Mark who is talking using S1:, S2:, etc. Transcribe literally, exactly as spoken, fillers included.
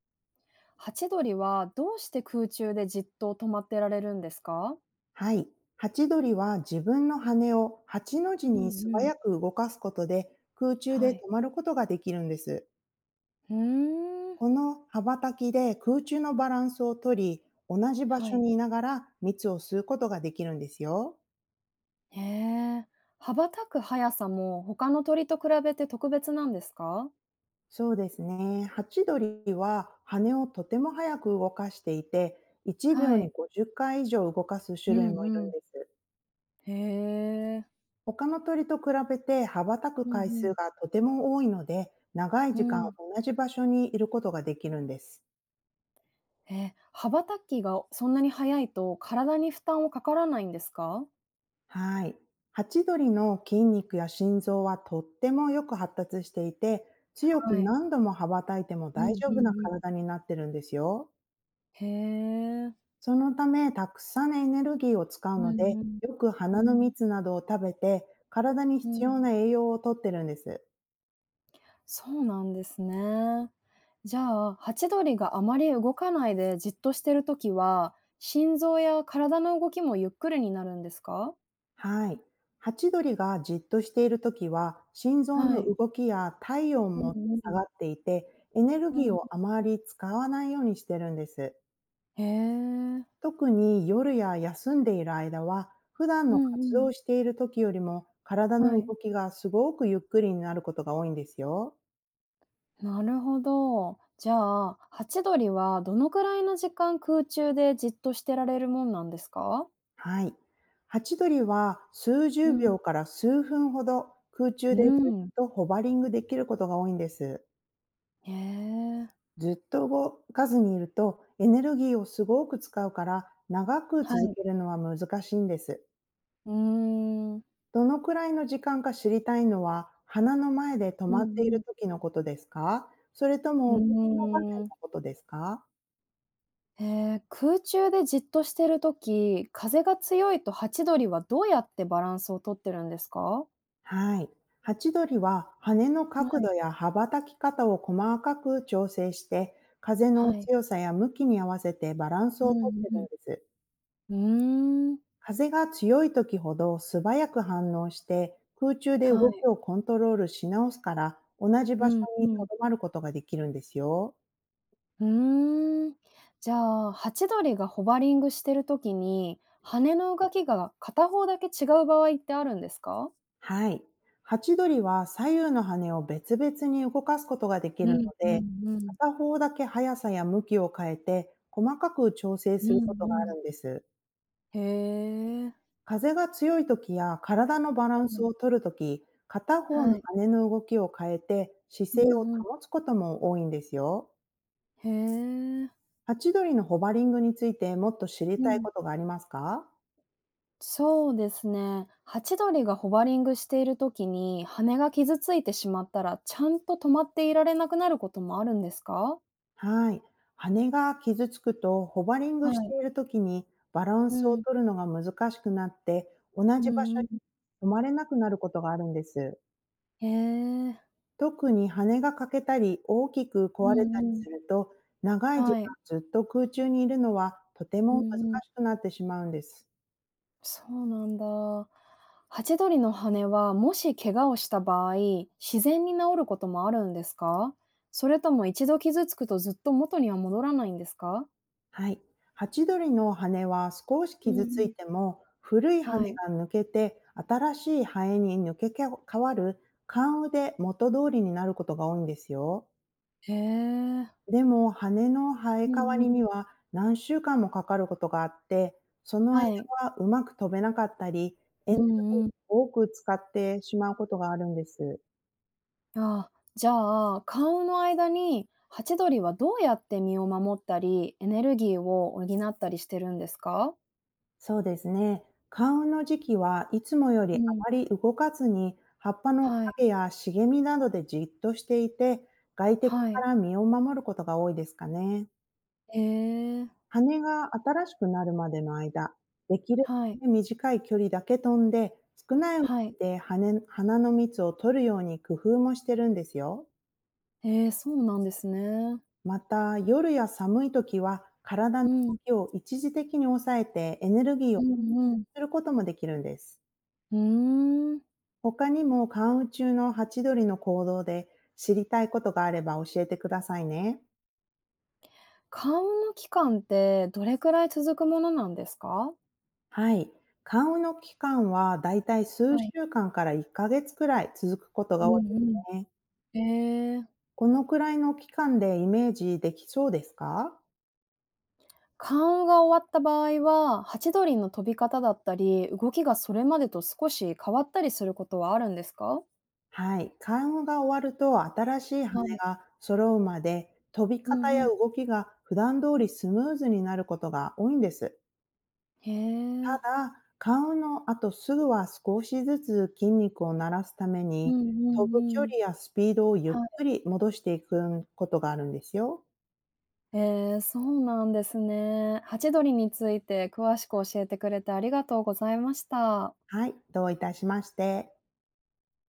S1: ハチドリはどうして空中でじっと止まってられるんですか？
S2: はい。ハチドリは自分の羽をはちの字
S1: う
S2: に
S1: ん
S2: 素
S1: うん。
S2: 早く動かすことで空中
S1: は
S2: で
S1: い。
S2: 止まることができるんです。
S1: うーん。
S2: この羽ばたきで空中のバランスをとり、同じ場
S1: は
S2: 所
S1: い。
S2: にいながら蜜を吸うことができるんですよ。
S1: へえ。羽ばたく速さも他の鳥と比べて特別なんですか？
S2: そうですね。ハチドリは羽をとても早く動かしていて、1
S1: は
S2: 秒に
S1: い。
S2: ごじゅっかい以上動かす
S1: う
S2: 種類
S1: ん
S2: もいるん
S1: うん。
S2: です。
S1: へえ。
S2: 他の鳥と比べて羽ばたく
S1: うん
S2: 回
S1: う
S2: 数
S1: ん。
S2: がとても多いので、長い
S1: う
S2: 時間
S1: ん。
S2: 同じ場所にいることができるんです。
S1: え、羽ばたきがそんなに速いと体に負担をかからないんですか？
S2: はい。ハチドリの筋肉や心臓はとってもよく発達していて、強く
S1: はい。
S2: 何度も羽ばたいても
S1: う
S2: 大
S1: ん
S2: 丈
S1: う
S2: 夫な
S1: んうん。
S2: 体になってるんですよ。
S1: へえ。
S2: そのため、たくさんエネルギーを使う
S1: う
S2: の
S1: ん
S2: で、
S1: うん。
S2: よく花
S1: う
S2: の
S1: ん。
S2: 蜜などを食べて、体に
S1: うん、
S2: 必要な栄養をとってるんです。
S1: そうなんですね。じゃあ、ハチドリがあまり動かないでじっとしてるときは、心臓や体の動きもゆっくりになるんですか？
S2: はい。ハチドリがじっとしているときは、心臓
S1: は
S2: の
S1: い。
S2: 動きや体温
S1: うん
S2: も
S1: う
S2: 下が
S1: ん。
S2: っていて、エネル
S1: う
S2: ギー
S1: ん。
S2: をあまり使わないようにしてるんです。
S1: へえ。
S2: 特に夜や休んでいる間は、普段
S1: う
S2: の
S1: んう
S2: 活
S1: ん。
S2: 動をしているときよりも、体
S1: は
S2: の動
S1: い。
S2: きがすごくゆっくりになることが多いんですよ。
S1: なるほど。じゃあ、ハチドリはどのくらいの時間空中でじっとしてられるもんなんですか？
S2: はい。ハチドリは数十
S1: うん。
S2: 秒から数分ほど空
S1: う
S2: 中でずっ
S1: ん。
S2: とホバリングできることが多いんです。
S1: へえ。
S2: ずっと動かずにいるとエネルギーをすごく使うから、長く
S1: は
S2: 続
S1: い。
S2: けるのは難しいんです。
S1: うーん。
S2: どのくらいの時間か知りたいのは、鼻の前で止
S1: うう
S2: まってい
S1: んう
S2: る
S1: ん。
S2: 時のことですか、それと
S1: う
S2: も別の場面
S1: ーん。
S2: のことですか？
S1: へえ、空中でじっとしてるとき風が強いとハチドリはどうやってバランスをとってるんですか？
S2: はい。ハチドリは羽の
S1: は
S2: 角
S1: い、
S2: 度や羽ばたき方を細かく調整して、風
S1: は
S2: の
S1: い。
S2: 強さや向きに合わせてバランス
S1: う
S2: をとっ
S1: ん
S2: てる
S1: うん。
S2: んです。
S1: うーん、
S2: 風が強い時ほど素早く反応して、空中で
S1: は
S2: 動
S1: い。
S2: きをコントロールし直すから、同じ
S1: う
S2: 場所
S1: ん
S2: に
S1: う
S2: 留
S1: ん。
S2: まることができるんですよ。
S1: うーん。じゃあ、ハチドリがホバリングしてるときに、羽の動きが片方だけ違う場合ってあるんですか？
S2: はい。ハチドリは左右の羽を別々に動かすことができ
S1: う
S2: るの
S1: んう
S2: で、
S1: んうん。
S2: 片方だけ速さや向きを変えて細かく調整
S1: う
S2: するこ
S1: ん
S2: とがあ
S1: うん。
S2: るんです。
S1: へえ。
S2: 風が強い時や体のバラン
S1: は
S2: ス
S1: い。
S2: を取る時、片方の
S1: はい。
S2: 羽の動きを変えて
S1: う
S2: 姿勢を
S1: んうん。
S2: 保つことも多いんですよ。
S1: へえ。
S2: ハチドリのホバリングについて、もっと知り
S1: う
S2: たい
S1: ん。
S2: ことがありますか？
S1: そうですね。ハチドリがホバリングしている時に羽が傷ついてしまったら、ちゃんと止まっていられなくなることもあるんですか？
S2: はい。羽が傷つくと、ホバリン
S1: は
S2: グし
S1: い。
S2: ているときにバラン
S1: う
S2: スを
S1: ん。
S2: 取るのが難しくなって、同
S1: う
S2: じ場所
S1: んうん。
S2: に止まれなくなることがあるんです。
S1: へえ。
S2: 特に羽が欠けたり、大きく
S1: う
S2: 壊れ
S1: ん
S2: たり
S1: う
S2: す
S1: ん。
S2: ると、長い時間
S1: はい。
S2: ずっと空中にいるのはとて
S1: う
S2: も難
S1: んうん。
S2: しくなってしまうんです。
S1: そうなんだ。ハチドリの羽は、もし怪我をした場合、自然に治ることもあるんですか？それとも一度傷つくとずっと元には戻らないんですか？
S2: はい。ハチドリの羽は少し
S1: うんう
S2: 傷つい
S1: ん。
S2: ても、古い
S1: は
S2: 羽
S1: い。
S2: が抜けて新しい羽に抜け変わる関羽で、元通りになることが多いんですよ。
S1: へえ。
S2: でも、羽の生
S1: う
S2: え変わ
S1: んう
S2: りに
S1: ん。
S2: は何週間もかかることがあって、その間
S1: はい。
S2: はうまく飛べなかったり、エネ
S1: う
S2: ルギ
S1: ん、
S2: ーを多く使ってしまうことがあるんです。
S1: ああ、じゃあ、花雨の間にハチドリはどうやって身を守ったり、エネルギーを補ったりしてるんですか？
S2: そうですね。花雲の時期はいつもより
S1: う
S2: あ
S1: ん。
S2: まり動かずに、葉っぱの
S1: はい、
S2: 影や茂みなどでじっとしていて、外敵
S1: は
S2: か
S1: い。
S2: ら身を守ることが多いですかね。
S1: ええ、
S2: 羽が新しくなるまでの間、できる
S1: はい、
S2: だけ短い距離だけ飛んで、少ない動
S1: はい。
S2: きで羽花の蜜を取るように工夫もしてるんですよ。
S1: ええ、そうなんですね。
S2: また、夜や寒い時は体
S1: う
S2: の
S1: ん、
S2: 動きを一時的に抑えて、エネルギー
S1: う
S2: を
S1: んうん。
S2: することもできるんです。
S1: うーん。
S2: 他にも関羽中のハチドリの行動で知りたいことがあれば教えてくださいね。
S1: 花雨の期間ってどれくらい続くものなんですか？
S2: はい。関羽の期間はだいたい数
S1: はい。
S2: 週間からいっかげつくらい続くこと
S1: う
S2: が多い
S1: ん
S2: で
S1: うん。
S2: すね。
S1: ええ。
S2: このくらいの期間でイメージできそうですか？
S1: 関羽が終わった場合は、ハチドリの飛び方だったり、動きがそれまでと少し変わったりすることはあるんですか？
S2: はい。関羽が終わると、新しい羽
S1: はい。
S2: が揃うまで飛び
S1: う
S2: 方
S1: んう
S2: や
S1: ん。
S2: 動きが普段通りスムーズになることが多いんです。
S1: へえ。
S2: ただ、顔のあとすぐは少しずつ筋肉を慣らすため
S1: う
S2: に、
S1: んう
S2: 飛ぶ距
S1: んうん。
S2: 離やスピードをゆっ
S1: はい。
S2: くり戻していくことがあるんですよ。
S1: ええ、そうなんですね。ハチドリについて詳しく教えてくれてありがとうございました。
S2: はい、どういたしまして。